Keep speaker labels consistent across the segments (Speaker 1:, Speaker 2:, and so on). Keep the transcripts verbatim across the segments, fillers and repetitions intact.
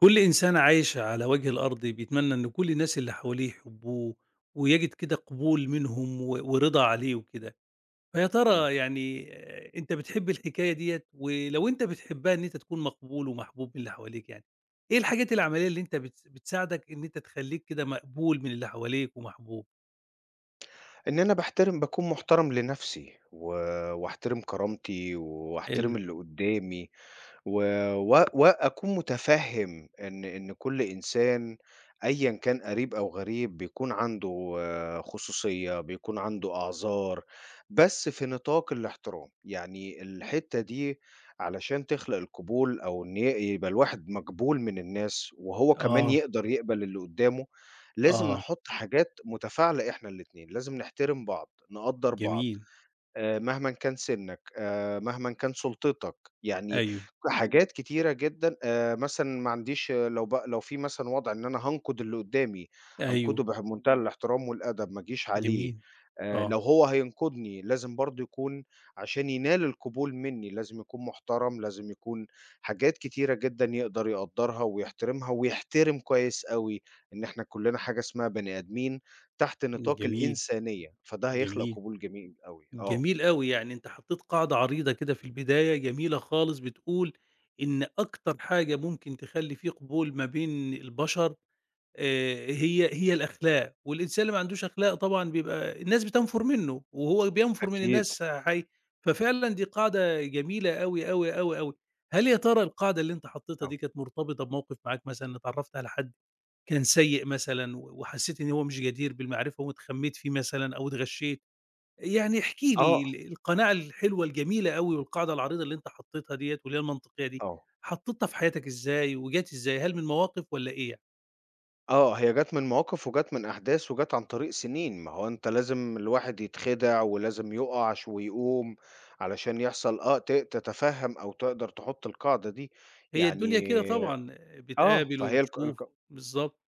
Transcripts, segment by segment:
Speaker 1: كل إنسان عايش على وجه الأرض بيتمنى إن كل الناس اللي حواليه يحبوه ويجد كده قبول منهم و- ورضا عليه وكده. فيا
Speaker 2: إمم.
Speaker 1: ترى يعني آه، أنت بتحب الحكاية ديت ولو أنت بتحبها إن أنت تكون مقبول ومحبوب من اللي حواليك؟ يعني إيه الحاجات العملية اللي أنت بتس- بتساعدك إن أنت تخليك كده مقبول من اللي حواليك ومحبوب؟
Speaker 2: إن أنا باحترم باكون محترم لنَفْسي و واحترم كرامتي واحترم
Speaker 1: حلو.
Speaker 2: اللي قُدّامي. و و وأكون متفهم إن إن كل إنسان أيًا كان قريب أو غريب بيكون عنده آه، خصوصية، بيكون عنده أعذار، بس في نطاق الاحترام، يعني الحتة دي علشان تخلق القبول أو إن ي يبقى الواحد مقبول من الناس، وهو كمان
Speaker 1: آه.
Speaker 2: يقدر يقبل اللي قدامه، لازم
Speaker 1: آه.
Speaker 2: نحط حاجات متفاعلة إحنا الاتنين، لازم نحترم بعض، نقدّر بعض.
Speaker 1: جميل.
Speaker 2: آآ مهمًا كان سِنّك، آآ مهمًا كان سُلطتك، يعني
Speaker 1: أيوه.
Speaker 2: إمم. حاجات كتيرة جدًا آآ مثلًا ما عنديش آه، لو ب لو في مثلًا وضع إن أنا هانقُد اللي قُدّامي، أنقُده
Speaker 1: أيوه.
Speaker 2: بمنتهى الاحترام والأدب، ما أجيش عليه،
Speaker 1: جميل.
Speaker 2: آآ
Speaker 1: آه.
Speaker 2: لو هو هينقُدني لازم برضه يكون عشان ينال القبول منّي، لازم يكون محترم، لازم يكون حاجات كتيرة جدًا يقدر يقدّرها ويحترمها ويحترم كويس أوي إن إحنا كُلّنا حاجة اسمها بني آدمين تحت نطاق
Speaker 1: جميل.
Speaker 2: الإنسانية، فده هيخلق
Speaker 1: جميل.
Speaker 2: قبول جميل أوي، آه.
Speaker 1: جميل أوي، يعني أنت حطيت قاعدة عريضة كده في البداية جميلة خالص، بتقول إن أكتر حاجة ممكن تخلّي في قبول ما بين البشر آآ، هي هي الأخلاق، والإنسان اللي ما عندوش أخلاق طبعًا بيبقى الناس بتنفر منه، وهو بينفر من
Speaker 2: أكيد،
Speaker 1: الناس حي. ففعلًا دي قاعدة جميلة أوي، أوي، أوي، أوي. هل يا ترى القاعدة اللي أنت حطيتها
Speaker 2: آه،
Speaker 1: دي كانت مرتبطة بموقف معاك؟ مثلًا اتعرّفت على حد كان سيء مثلًا و وحسيت إن هو مش جدير بالمعرفة واتخمّيت فيه مثلًا أو اتغشيت؟ يعني احكِ لي
Speaker 2: آه،
Speaker 1: ال القناعة الحلوة الجميلة أوي والقاعدة العريضة اللي أنت حطّيتها ديّة واللي هي المنطقية دي،
Speaker 2: آه،
Speaker 1: حطّيتها في حياتك إزاي وجات إزاي؟ هل من مواقف والّا إيه يعني؟
Speaker 2: آه، هي جات من مواقف وجات من أحداث وجات عن طريق سنين، ما هو أنت لازم الواحد يتخدع ولازم يُقع ش ويقوم علشان يحصل آه، ت تتفهم أو تقدر تحط القاعدة دي،
Speaker 1: هي الدنيا
Speaker 2: يعني
Speaker 1: كده طبعًا،
Speaker 2: آه،
Speaker 1: بتقابل
Speaker 2: فهي الق
Speaker 1: وبتشوف.
Speaker 2: الق
Speaker 1: بالضبط.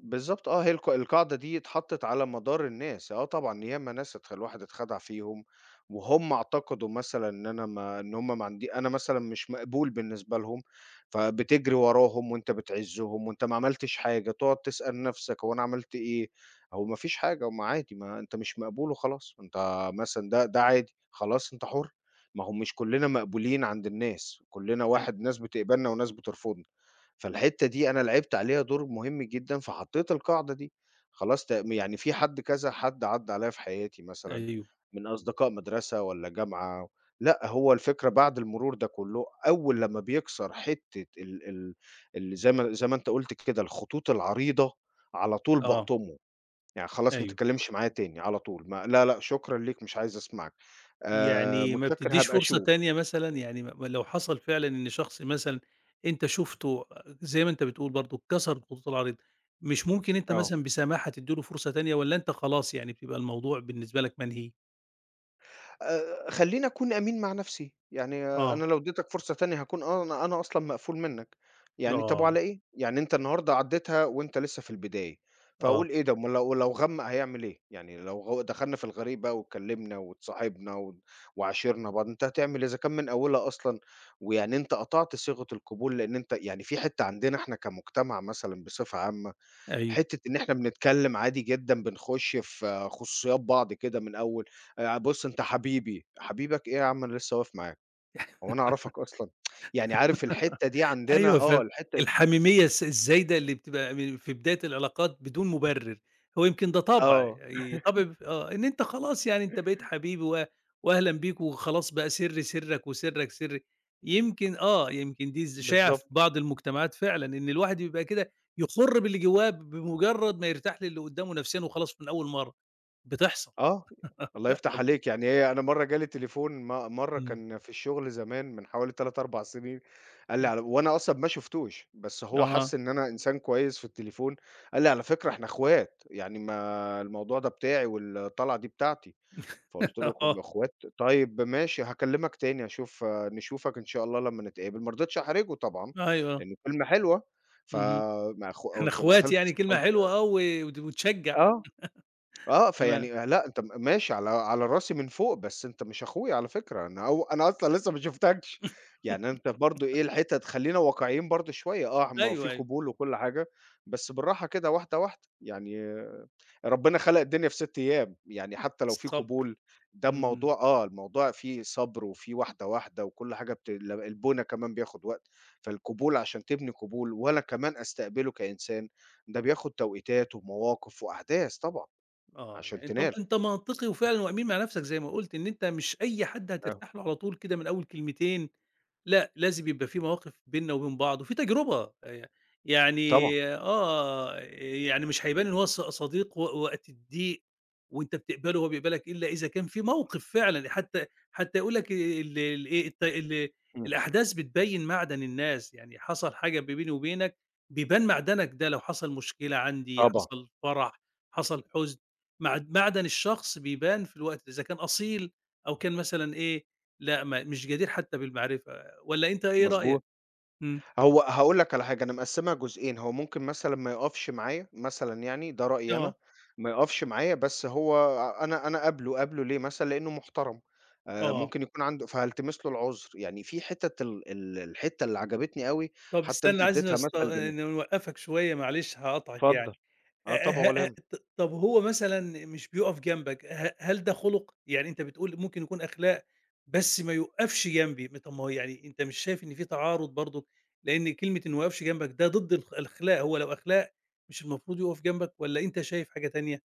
Speaker 2: بالضبط. آه، هي الق القاعدة دي اتحطّت على مدار الناس، آه طبعًا ياما ناس اتخ الواحد اتخدع فيهم، وهُم اعتقدوا مثلًا إن أنا ما إن هُم ما عندي أنا مثلًا مش مقبول بالنسبة لهم، فبتجري وراهم وأنت بتعزّهم وأنت ما عملتش حاجة، تقعد تسأل نَفْسك هو أنا عملت إيه؟ هو ما فيش حاجة، هُم عادي ما أنت مش مقبول وخلاص، أنت مثلًا ده ده عادي، خلاص أنت حُر، ما هو مش كُلّنا مقبولين عند الناس، كُلّنا
Speaker 1: أي.
Speaker 2: واحد ناس بتقبلنا وناس بترفضنا. فالحتّة دي أنا لعبت عليها دور مهم جدًا، فحطّيت القاعدة دي، خلاص ت يعني في حد كذا حد عدّى عليَّ في حياتي مثلًا،
Speaker 1: أيوه.
Speaker 2: من أصدقاء مدرسة والّا جامعة، لأ هو الفكرة بعد المرور ده كلّه، أول لمّا بيكسر حتّة ال ال ال زي ما زي ما أنت قُلت كده الخطوط العريضة، على طول
Speaker 1: آه.
Speaker 2: باقطمه، يعني خلاص ما
Speaker 1: أيوه.
Speaker 2: تتكلمش معايا تاني على طول، ما لا، لأ شكرًا ليك مش عايز أسمعك، آآ
Speaker 1: يعني ما
Speaker 2: متشكر
Speaker 1: بتدّيش
Speaker 2: هابقى
Speaker 1: فرصة
Speaker 2: أشوف.
Speaker 1: تانية مثلًا؟ يعني م لو حصل فعلًا إن شخص مثلًا أنت شُفته، زي ما أنت بتقول برضه، كسر الخطوط العريضة، مش ممكن أنت
Speaker 2: آه.
Speaker 1: مثلًا بسماحة تدّي له فرصة تانية والّا أنت خلاص يعني بتبقى الموضوع بالنسبة لك منهي؟
Speaker 2: آآ خلّيني أكون أمين مع نَفْسي، يعني آه، أنا
Speaker 1: آه.
Speaker 2: لو اديتك فرصة تانية هاكون أنا أنا أصلًا مقفول منّك، يعني طَب
Speaker 1: آه.
Speaker 2: وعلى إيه؟ يعني أنت النهارده عدّيتها وأنت لسه في البداية،
Speaker 1: آه.
Speaker 2: فهاقول إيه ده أُمّال لو لو غمّق هيعمل إيه؟ يعني لو غو دخلنا في الغريب بقى واتكلّمنا واتصاحبنا و وعاشرنا بعض، أنت هتعمل إيه إذا كان من أولها أصلًا ويعني أنت قطعت صيغة القبول لإن أنت يعني في حتّة عندنا إحنا كمجتمع مثلًا بصفة عامة
Speaker 1: أيوه.
Speaker 2: حتة إن إحنا بنتكلم عادي جدًا، بنخش في خصوصيات بعض كده من أول. آآ، بُص أنت حبيبي، حبيبك إيه يا عم أنا لسه واقف معاك، هو أنا أعرفك أصلًا؟ يعني عارف الحتة دي عندنا،
Speaker 1: أيوه
Speaker 2: آه،
Speaker 1: فعلًا.
Speaker 2: الحتة دي
Speaker 1: الحميمية الس الزايدة اللي بتبقى م في بداية العلاقات بدون مبرر، هو يمكن ده طبع
Speaker 2: آه،
Speaker 1: ي طبع ب آه، إن أنت خلاص يعني أنت بقيت حبيبي و وأهلًا بيك وخلاص، بقى سري سرك وسرك سري. يمكن آه، يمكن دي ز شائعة في
Speaker 2: بالضبط.
Speaker 1: بعض المجتمعات فعلًا، إن الواحد بيبقى كده يُخُر باللي جواه بمجرد ما يرتاح للي قدامه نفسيًا وخلاص من أول مرة. بتحصل
Speaker 2: آه،
Speaker 1: بتحصل
Speaker 2: الله يفتح
Speaker 1: فعلًا.
Speaker 2: عليك، يعني هي أنا مرّة جالي تليفون م مرّة
Speaker 1: إمم.
Speaker 2: كان في الشغل زمان من حوالي ثلاثة، أربعة سنين، قال لي
Speaker 1: إمم.
Speaker 2: على وأنا أصلًا ما شُفتوش، بس هو حَس
Speaker 1: آه.
Speaker 2: إن أنا إنسان كويس في التليفون، قال لي: "على فكرة إحنا إخوات، يعني ما الموضوع ده بتاعي والطلعة دي بتاعتي." فقُلت له
Speaker 1: آه.
Speaker 2: هم أخوات، طيب ماشي هاكلمك تاني أشوف نشوفك إن شاء الله لمّا نتقابل، ما رضيتش أحرجه طبعًا،
Speaker 1: أيوه.
Speaker 2: لإن الكلمة حلوة، ف
Speaker 1: اهم.
Speaker 2: ما أخو
Speaker 1: إحنا
Speaker 2: قُلت
Speaker 1: إخوات
Speaker 2: وقفلت
Speaker 1: يعني كلمة
Speaker 2: قُلت
Speaker 1: حلوة آه، و وت وتشجّع
Speaker 2: آه، آه،
Speaker 1: كمان.
Speaker 2: فيعني لأ أنت م ماشي على على راسي من فوق، بس أنت مش أخويا على فكرة، أنا أو أنا أصلًا لسه ما شُفتكش، يعني أنت برضه إيه الحتت خلّينا واقعيين برضه شوية، آه ما هو في
Speaker 1: أيوه. أيوه.
Speaker 2: قبول وكل حاجة، بس بالراحة كده واحدة، واحدة، يعني ربنا خلق الدنيا في ستة أيام، يعني حتى لو في
Speaker 1: الصبر.
Speaker 2: قبول ده
Speaker 1: إمم.
Speaker 2: الموضوع، آه، الموضوع فيه صبر وفيه واحدة، واحدة وكل حاجة بت ال البنا كمان بياخد وقت، فالقبول عشان تبني قبول وأنا كمان أستقبله كإنسان، ده بياخد توقيتات ومواقف وأحداث طبعًا
Speaker 1: آه،
Speaker 2: عشان
Speaker 1: يعني أنت
Speaker 2: تنال.
Speaker 1: أنت منطقي وفعلًا وأمين مع نفْسك زي ما قُلت، إن أنت مش أي حد
Speaker 2: آه.
Speaker 1: هترتاح له على طول كده من أول كلمتين. لأ، لازم يبقى في مواقف بيننا وبين بعض وفي تجربة. آآ، يعني
Speaker 2: طبعًا.
Speaker 1: آه، يعني مش هيبان إن هو ص صديق و وقت الضيق وأنت بتقبله وهو بيقبلك، إلا إذا كان في موقف فعلًا، حتى حتى يقول لك ال ال إيه الت ال
Speaker 2: إمم،
Speaker 1: الأحداث بتبيّن معدن الناس. يعني حصل حاجة بيني وبينك بيبان معدنك ده، لو حصل مشكلة عندي،
Speaker 2: طبعًا،
Speaker 1: حصل فرح، حصل حزن. معد معدن الشخص بيبان في الوقت ده، إذا كان أصيل أو كان مثلًا إيه، لأ ما مش جدير حتى بالمعرفة، والّا أنت إيه
Speaker 2: مضبوط.
Speaker 1: رأيك؟ إمم.
Speaker 2: هو هاقول لك على حاجة، أنا مقسّمها جزئين، هو ممكن مثلًا ما يقفش معايا مثلًا يعني، ده رأيي أنا،
Speaker 1: آه.
Speaker 2: ما يقفش معايا بس هو أنا أنا قابله، قابله ليه مثلًا؟ لإنه محترم، آآ
Speaker 1: آه.
Speaker 2: ممكن يكون عنده فهالتمس له العُذر، يعني في حِتَت ال ال الحتّة اللي عجبتني أوي،
Speaker 1: طب
Speaker 2: حتى أنت
Speaker 1: استنى، عايز
Speaker 2: ادّيتها
Speaker 1: نست
Speaker 2: مثل جميل.
Speaker 1: نوقّفك شوية، معلش هاقاطعك يعني.
Speaker 2: اتفضل.
Speaker 1: أ
Speaker 2: آه طبعًا ولا
Speaker 1: ه ه
Speaker 2: يهمك.
Speaker 1: ط طب هو مثلًا مش بيُقف جنبك، ه هل ده خُلُق؟ يعني أنت بتقول ممكن يكون أخلاق بس ما يُقفش جنبي، م طب ما هو يعني أنت مش شايف إن في تعارض برضه؟ لإن كلمة إنه ما يُقفش جنبك ده ضد الخ الأخلاق، هو لو أخلاق مش المفروض يُقف جنبك، والّا أنت شايف حاجة تانية؟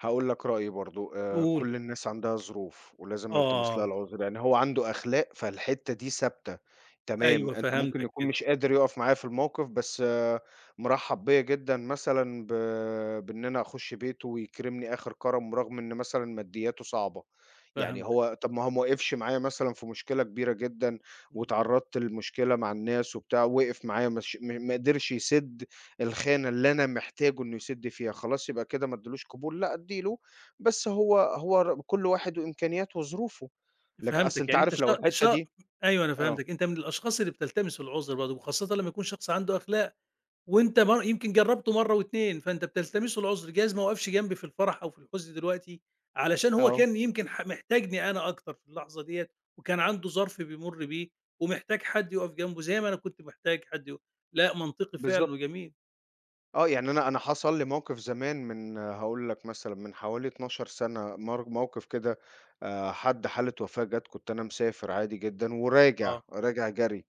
Speaker 2: هاقول لك رأيي برضه، آآ
Speaker 1: قول.
Speaker 2: كل الناس عندها ظروف ولازم ألتمس لها
Speaker 1: آه.
Speaker 2: العذر، يعني هو عنده أخلاق فالحتّة دي ثابتة، تمام،
Speaker 1: أيوه
Speaker 2: أنت ممكن
Speaker 1: فهمتك
Speaker 2: يكون
Speaker 1: كده.
Speaker 2: مش قادر يُقف معايا في الموقف بس آه، مرحّب بيّا جدًا مثلًا ب بإن أنا أخُش بيته ويكرمني آخر كرم رغم إن مثلًا مادياته صعبة، يعني
Speaker 1: فهمتك.
Speaker 2: هو طَب ما هو ما وقفش معايا مثلًا في مشكلة كبيرة جدًا
Speaker 1: إمم.
Speaker 2: واتعرّضت لمشكلة مع الناس وبتاع، وقف معايا مش م ما قدرش يسِد الخانة اللي أنا محتاجه إنه يسِد فيها، خلاص يبقى كده ما ادّيلوش قبول، لأ ادّي له، بس هو هو ر كل واحد وإمكانياته وظروفه، لك أصل
Speaker 1: فهمتك،
Speaker 2: أنت
Speaker 1: يعني أنت
Speaker 2: عارف لو
Speaker 1: شا
Speaker 2: الحتّة
Speaker 1: شا
Speaker 2: دي.
Speaker 1: أيوه أنا
Speaker 2: آه،
Speaker 1: فهمتك، أنت من الأشخاص اللي بتلتمس العُذر برضه، وخاصةً لمّا يكون شخص عنده أخلاق، وأنت مر يمكن جرّبته مرّة و2، فأنت بتلتمسه العُذر، جايز ما وقفش جنبي في الفرح أو في الحزن دلوقتي، علشان هو
Speaker 2: آه،
Speaker 1: كان يمكن ح محتاجني أنا أكتر في اللحظة ديّة، وكان عنده ظرف بيمُر بيه، ومحتاج حد يُقف جنبه زي ما أنا كنت محتاج حد يُقف. لأ منطقي فعلًا
Speaker 2: بالضبط.
Speaker 1: وجميل.
Speaker 2: آه، يعني أنا أنا حصل لي موقف زمان من هاقول لك مثلًا من حوالي اتناشر سنة سَنة مر موقف كده، آآ، حد حالة وفاة جات، كنت أنا مسافر عادي جدًا وراجع،
Speaker 1: آه.
Speaker 2: راجع جري،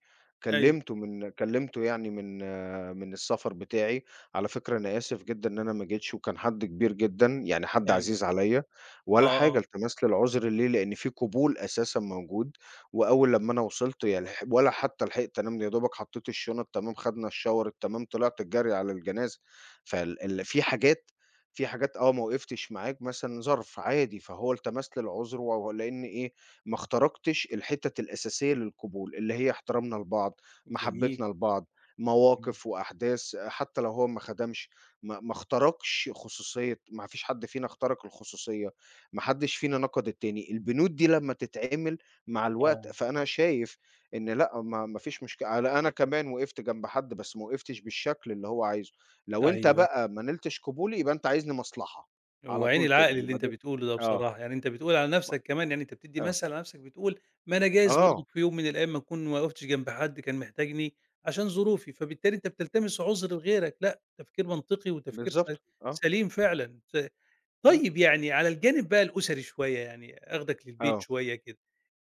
Speaker 1: أيوه.
Speaker 2: كلّمته من كلّمته يعني من آه، من السفر بتاعي، على فكرة أنا آسف جدًا إن أنا ما جيتش وكان حد كبير جدًا، يعني حد
Speaker 1: أيوه.
Speaker 2: عزيز عليّا، ولا
Speaker 1: آه.
Speaker 2: حاجة
Speaker 1: آه.
Speaker 2: التماس للعُذر ليه، لإن في قبول أساسًا موجود. وأول لمّا أنا وصلت يعني لح ولا حتى لحقت أنام، يا دوبك حطيت الشنط تمام، خدنا الShower التمام، طلعت الجري على الجنازة. فال ال في حاجات في حاجات، آه، ما وقفتش معاك مثلًا ظرف عادي، فهو التماس للعذر و لإن إيه، ما اخترقتش الحتت الأساسية للقبول، اللي هي احترامنا لبعض،
Speaker 1: جميل.
Speaker 2: محبتنا لبعض،
Speaker 1: جميل.
Speaker 2: مواقف وأحداث حتى لو هو ما خدمش، ما ما اخترقش خصوصية ما فيش حد فينا اخترق الخصوصية، ما حدش فينا نقد التاني. البنود دي لمّا تتعمل مع الوقت
Speaker 1: آه.
Speaker 2: فأنا شايف إن لأ، ما ما فيش مشك على أنا كمان وقفت جنب حد، بس ما وقفتش بالشكل اللي هو عايزه. لو أنت
Speaker 1: أيوه،
Speaker 2: بقى ما نلتش قبولي، يبقى أنت عايزني مصلحة، على
Speaker 1: وعين
Speaker 2: طول كده،
Speaker 1: العقل اللي
Speaker 2: يبقى
Speaker 1: أنت
Speaker 2: دي.
Speaker 1: بتقوله ده
Speaker 2: آه،
Speaker 1: بصراحة، يعني أنت بتقول على
Speaker 2: م
Speaker 1: نفْسك كمان، يعني أنت بتدّي
Speaker 2: آه،
Speaker 1: مثل على نفْسك، بتقول ما أنا جايز برضه
Speaker 2: آه،
Speaker 1: في يوم من الأيام ما أكون ما وقفتش جنب حد كان محتاجني عشان ظروفي، فبالتالي أنت بتلتمس عُذر لغيرك. لأ، تفكير منطقي وتفكير س
Speaker 2: بالضبط، آه،
Speaker 1: سليم فعلًا. س
Speaker 2: إمم،
Speaker 1: طيب يعني على الجانب بقى الأسري شوية، يعني آخدك للبيت
Speaker 2: آه،
Speaker 1: شوية كده،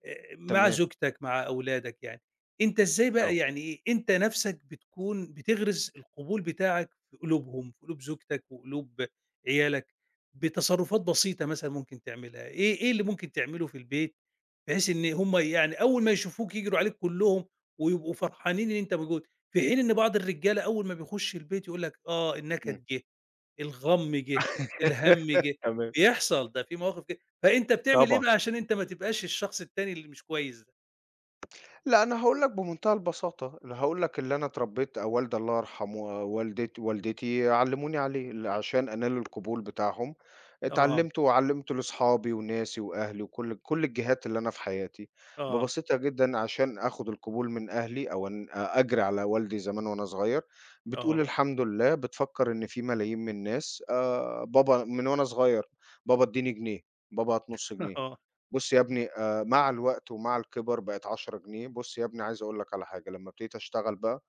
Speaker 1: آآ مع
Speaker 2: تمام،
Speaker 1: زوجتك، مع أولادك يعني، أنت إزاي بقى
Speaker 2: آه،
Speaker 1: يعني إيه، أنت نَفْسك بتكون بتغرس القبول بتاعك في قلوبهم، في قلوب زوجتك وقلوب عيالك، بتصرفات بسيطة مثلًا ممكن تعملها، إيه إيه اللي ممكن تعمله في البيت بحيث إن هم يعني أول ما يشوفوك يجروا عليك كلّهم ويبقوا فرحانين إن أنت موجود، في حين إن بعض الرجالة أول ما بيخُش البيت يقول لك آه
Speaker 2: إمم،
Speaker 1: النكد جِه، الغَم جِه، الهَم جِه،
Speaker 2: تمام.
Speaker 1: بيحصل ده في مواقف كده، فأنت بتعمل إيه
Speaker 2: طبعًا.
Speaker 1: بقى عشان أنت ما تبقاش الشخص التاني اللي مش كويس ده؟
Speaker 2: لأ، أنا هاقول لك بمنتهى البساطة، أنا هاقول لك اللي أنا اتربيت أو والدي الله يرحمه والدت والدتي علّموني عليه، ل عشان أنال القبول بتاعهم،
Speaker 1: آه.
Speaker 2: اتعلّمته وعلّمته لأصحابي وناسي وأهلي وكل كل الجهات اللي أنا في حياتي،
Speaker 1: آه.
Speaker 2: ببساطة جدًا عشان آخُد القبول من أهلي أو إن أ أجري على والدي زمان وأنا صغير، بتقول
Speaker 1: آه.
Speaker 2: الحمد لله، بتفكّر إن في ملايين من الناس، آآ، بابا من وأنا صغير، بابا ادّيني جنيه، بابا هات نُص جنيه،
Speaker 1: آه.
Speaker 2: بُص يا ابني آآ مع الوقت ومع الكِبَر بقت عشرة جنيه، بُص يا ابني عايز أقول لك على حاجة، لمّا ابتديت أشتغل بقى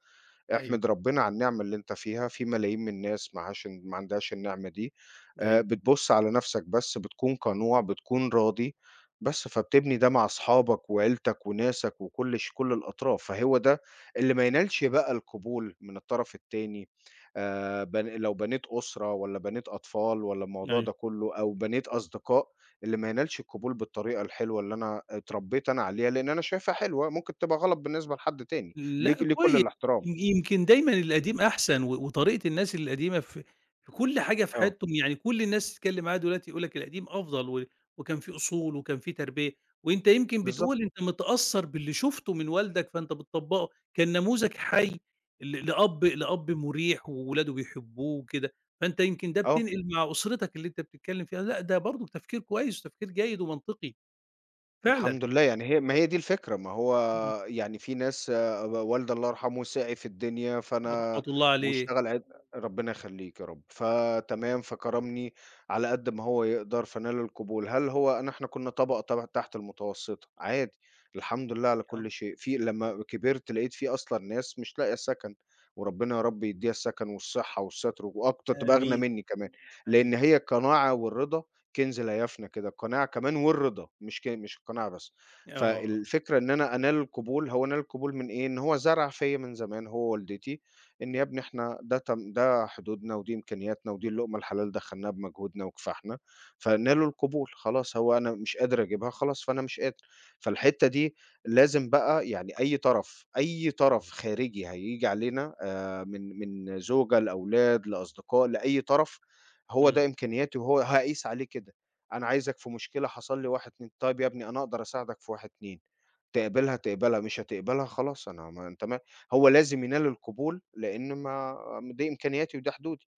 Speaker 1: أيوه.
Speaker 2: احمد ربنا على النعمة اللي أنت فيها، في ملايين من الناس معهاش ما عندهاش النعمة دي، آآ
Speaker 1: أيوه.
Speaker 2: بتبُص على نَفْسك بس، بتكون قنوع، بتكون راضي، بس فبتبني ده مع أصحابك وعيلتك وناسك وكل ش كل الأطراف، فهو ده اللي ما ينالش بقى القبول من الطرف التاني، آآ بن لو بنيت أسرة والّا بنيت أطفال والّا الموضوع
Speaker 1: أيوه.
Speaker 2: ده كُلّه أو بنيت أصدقاء، اللي ما ينالش القبول بالطريقة الحلوة اللي أنا اتربيت أنا عليها، لإن أنا شايفها حلوة، ممكن تبقى غلط بالنسبة لحد تاني، ليك
Speaker 1: لأ
Speaker 2: ليه كل
Speaker 1: كويس،
Speaker 2: الاحترام.
Speaker 1: يم يمكن دايمًا القديم أحسن، و وطريقة الناس القديمة في في كل حاجة في
Speaker 2: آه،
Speaker 1: حياتهم، يعني كل الناس تتكلم معاها دلوقتي يقول لك القديم أفضل، و وكان في أصول وكان في تربية. وأنت يمكن
Speaker 2: بالضبط،
Speaker 1: بتقول أنت متأثّر باللي شُفته من والدك فأنت بتطبّقه، كان نموذج حي ل لأب لأب مُريح وولاده بيحبوه وكده، فأنت يمكن ده
Speaker 2: آه،
Speaker 1: بتنقل مع أسرتك اللي أنت بتتكلم فيها. لأ ده برضه تفكير كويس وتفكير جيد ومنطقي فعلًا.
Speaker 2: الحمد لله، يعني هي ما هي دي الفكرة، ما هو
Speaker 1: إمم.
Speaker 2: يعني في ناس، آآ، والدي الله يرحمه سَعِي في الدنيا، فأنا
Speaker 1: رحمة الله عليه.
Speaker 2: واشتغل عد ربنا يخلّيك يا رب، فتمام، فكرمني على قد ما هو يقدر، فنال القبول. هل هو أنا إحنا كنا طبقة ت تحت المتوسطة، عادي، الحمد لله على
Speaker 1: يا رب.
Speaker 2: كل شيء. في لمّا كبرت لقيت في أصلًا ناس مش لاقية سكن، وربنا يا رب يدّيها السكن والصحة والستر، وأكتر تبقى أغنى
Speaker 1: آمين.
Speaker 2: منّي كمان، لأن
Speaker 1: آمين.
Speaker 2: هي القناعة والرضا كنز لا يفنى كده، القناعة كمان والرضا مش ك مش القناعة بس.
Speaker 1: آه.
Speaker 2: فالفكرة إن أنا أنال القبول، هو أنال القبول من إيه؟ إن هو زرع فيّا من زمان هو ووالدتي إن يا ابني إحنا ده تم ده حدودنا ودي إمكانياتنا ودي اللقمة الحلال دخلناها بمجهودنا وكفاحنا، فنالوا القبول خلاص هو أنا مش قادر أجيبها خلاص فأنا مش قادر. فالحتة دي لازم بقى يعني أي طرف، أي طرف خارجي هييجي علينا آآ من من زوجة لأولاد لأصدقاء لأي طرف هو
Speaker 1: إمم.
Speaker 2: ده إمكانياتي وهو هاقيس عليه كده، أنا عايزك في مشكلة حصل لي واحد، اتنين، طيب يا ابني أنا أقدر أساعدك في واحد، اتنين تقبلها تقبلها، مش هتقبلها خلاص أنا ما أنت ما هو لازم ينال القبول لإن ما دي إمكانياتي وده حدودي،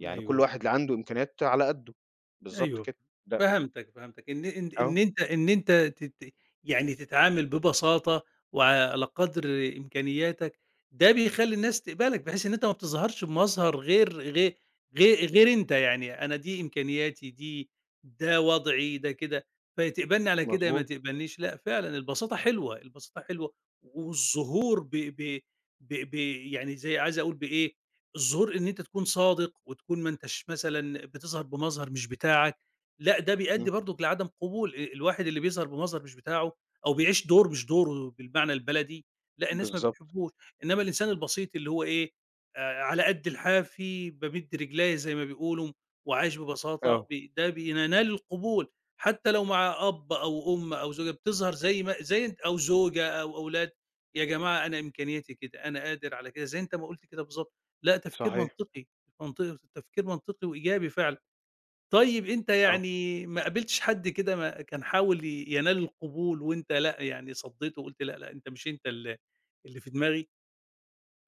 Speaker 2: يعني كل
Speaker 1: أيوه.
Speaker 2: واحد اللي عنده إمكانيات على قده، بالضبط
Speaker 1: أيوه.
Speaker 2: كده. ده
Speaker 1: فهمتك. فهمتك. إن إن
Speaker 2: آه،
Speaker 1: إن أنت إن أنت تت يعني تتعامل ببساطة وعلى قدر إمكانياتك، ده بيخلّي الناس تقبلك، بحيث إن أنت ما بتظهرش بمظهر غير غير غير غير أنت، يعني أنا دي إمكانياتي، دي ده وضعي، ده كده، فتقبلني على كده، يا ما
Speaker 2: مضبوط،
Speaker 1: تقبلنيش. لأ فعلًا البساطة حلوة، البساطة حلوة، والظهور ب ب ب ب يعني زي عايز أقول بإيه، الظهور إن أنت تكون صادق وتكون ما أنتاش مثلًا بتظهر بمظهر مش بتاعك، لأ، ده
Speaker 2: إمم،
Speaker 1: بيؤدي برضُك لعدم قبول. آآ الواحد اللي بيظهر بمظهر مش بتاعه أو بيعيش دور مش دوره بالمعنى البلدي، لأ، الناس ما
Speaker 2: بالضبط،
Speaker 1: بتحبوش. إنما الإنسان البسيط اللي هو إيه، آآ على قد الحافي بامِد رجلَيّا زي ما بيقولوا، وعايش ببساطة،
Speaker 2: آه،
Speaker 1: بي ده بينال القبول، حتى لو مع أب أو أم أو زوجة، بتظهر زي ما زي أنت أو زوجة أو أولاد، يا جماعة أنا إمكانياتي كده، أنا قادر على كده، زي أنت ما قُلت كده بالضبط. لأ، تفكير
Speaker 2: صحيح،
Speaker 1: منطقي، منطقي تفكير منطقي وإيجابي فعلًا. طيب أنت
Speaker 2: آه.
Speaker 1: يعني ما قابلتش حد كده ما كان حاول ي ينال القبول وأنت لأ، يعني صدّيته وقُلت لأ، لأ، أنت مش أنت ال اللي في دماغي؟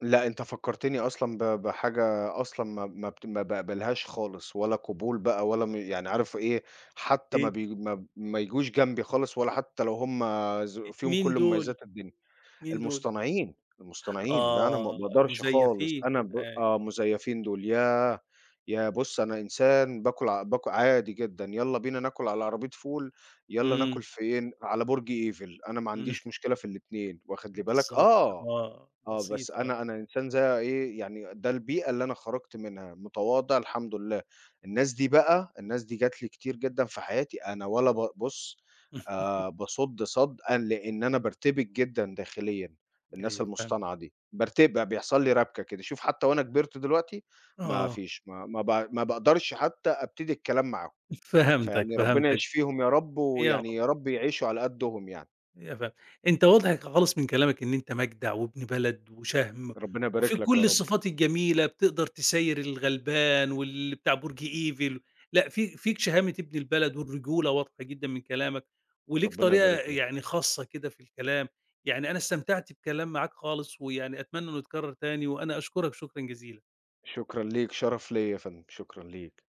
Speaker 2: لأ، أنت فكّرتني أصلًا ب بحاجة أصلًا ما ما بت ما باقبلهاش خالص، ولا قبول بقى ولا م يعني عارف إيه، حتى
Speaker 1: آآ،
Speaker 2: ما بي ما ما يجوش جنبي خالص ولا حتى لو هم ز فيهم
Speaker 1: مين
Speaker 2: كل
Speaker 1: دول،
Speaker 2: مميزات الدنيا،
Speaker 1: مين دول؟
Speaker 2: المصطنعين، المصطنعين، لأ، أنا ما
Speaker 1: آه،
Speaker 2: باقدرش خالص،
Speaker 1: المزيفين.
Speaker 2: أنا ب
Speaker 1: أيوه.
Speaker 2: آه، مزيفين دول، ياه! ياه! بُص أنا إنسان باكل ع باكل عادي جدًا، يالّا بينا ناكل على عربية فول، يالّا ناكل
Speaker 1: إمم.
Speaker 2: فين، على برج إيفل، أنا ما
Speaker 1: إمم.
Speaker 2: عنديش مشكلة في الاتنين، واخد لي بالك؟
Speaker 1: بالضبط.
Speaker 2: آه.
Speaker 1: آه.
Speaker 2: آه، بس
Speaker 1: بسيطة.
Speaker 2: أنا أنا إنسان زي إيه، يعني ده البيئة اللي أنا خرجت منها، متواضع الحمد لله. الناس دي بقى، الناس دي جات لي كتير جدًا في حياتي، أنا ولا ب بُص آآ باصُد صَدّ أن لإن أنا بارتبك جدًا داخليًا، الناس
Speaker 1: أيوه فاهم.
Speaker 2: المصطنعة دي، بارتب بيحصل لي ربكة كده. شوف حتى وأنا كبرت دلوقتي ما
Speaker 1: آه.
Speaker 2: فيش، ما ما ب ما باقدرش حتى أبتدي الكلام معاهم،
Speaker 1: فهمتك.
Speaker 2: فيعني ربنا
Speaker 1: فهمتك.
Speaker 2: يشفيهم يا رب،
Speaker 1: يا
Speaker 2: ويعني يا رب يعيشوا على قدّهم يعني.
Speaker 1: يا فا أنت واضح خالص من كلامك إن أنت مجدع وابن بلد وشهم،
Speaker 2: ربنا يبارك
Speaker 1: وفيك
Speaker 2: لك يا
Speaker 1: كل
Speaker 2: رب.
Speaker 1: الصفات الجميلة، بتقدر تسيّر الغلبان واللي بتاع برج إيفل. لأ في فيك شهامة ابن البلد والرجولة واضحة جدًا من كلامك، وليك
Speaker 2: ربنا
Speaker 1: طريقة
Speaker 2: يبارك لك.
Speaker 1: يعني خاصة كده في الكلام. يعني أنا استمتعت بكلام معاك خالص، ويعني أتمنى إنه يتكرر تاني، وأنا أشكرك شكرًا جزيلًا.
Speaker 2: شكرًا ليك، شرف ليّا يا فندم، شكرًا ليك.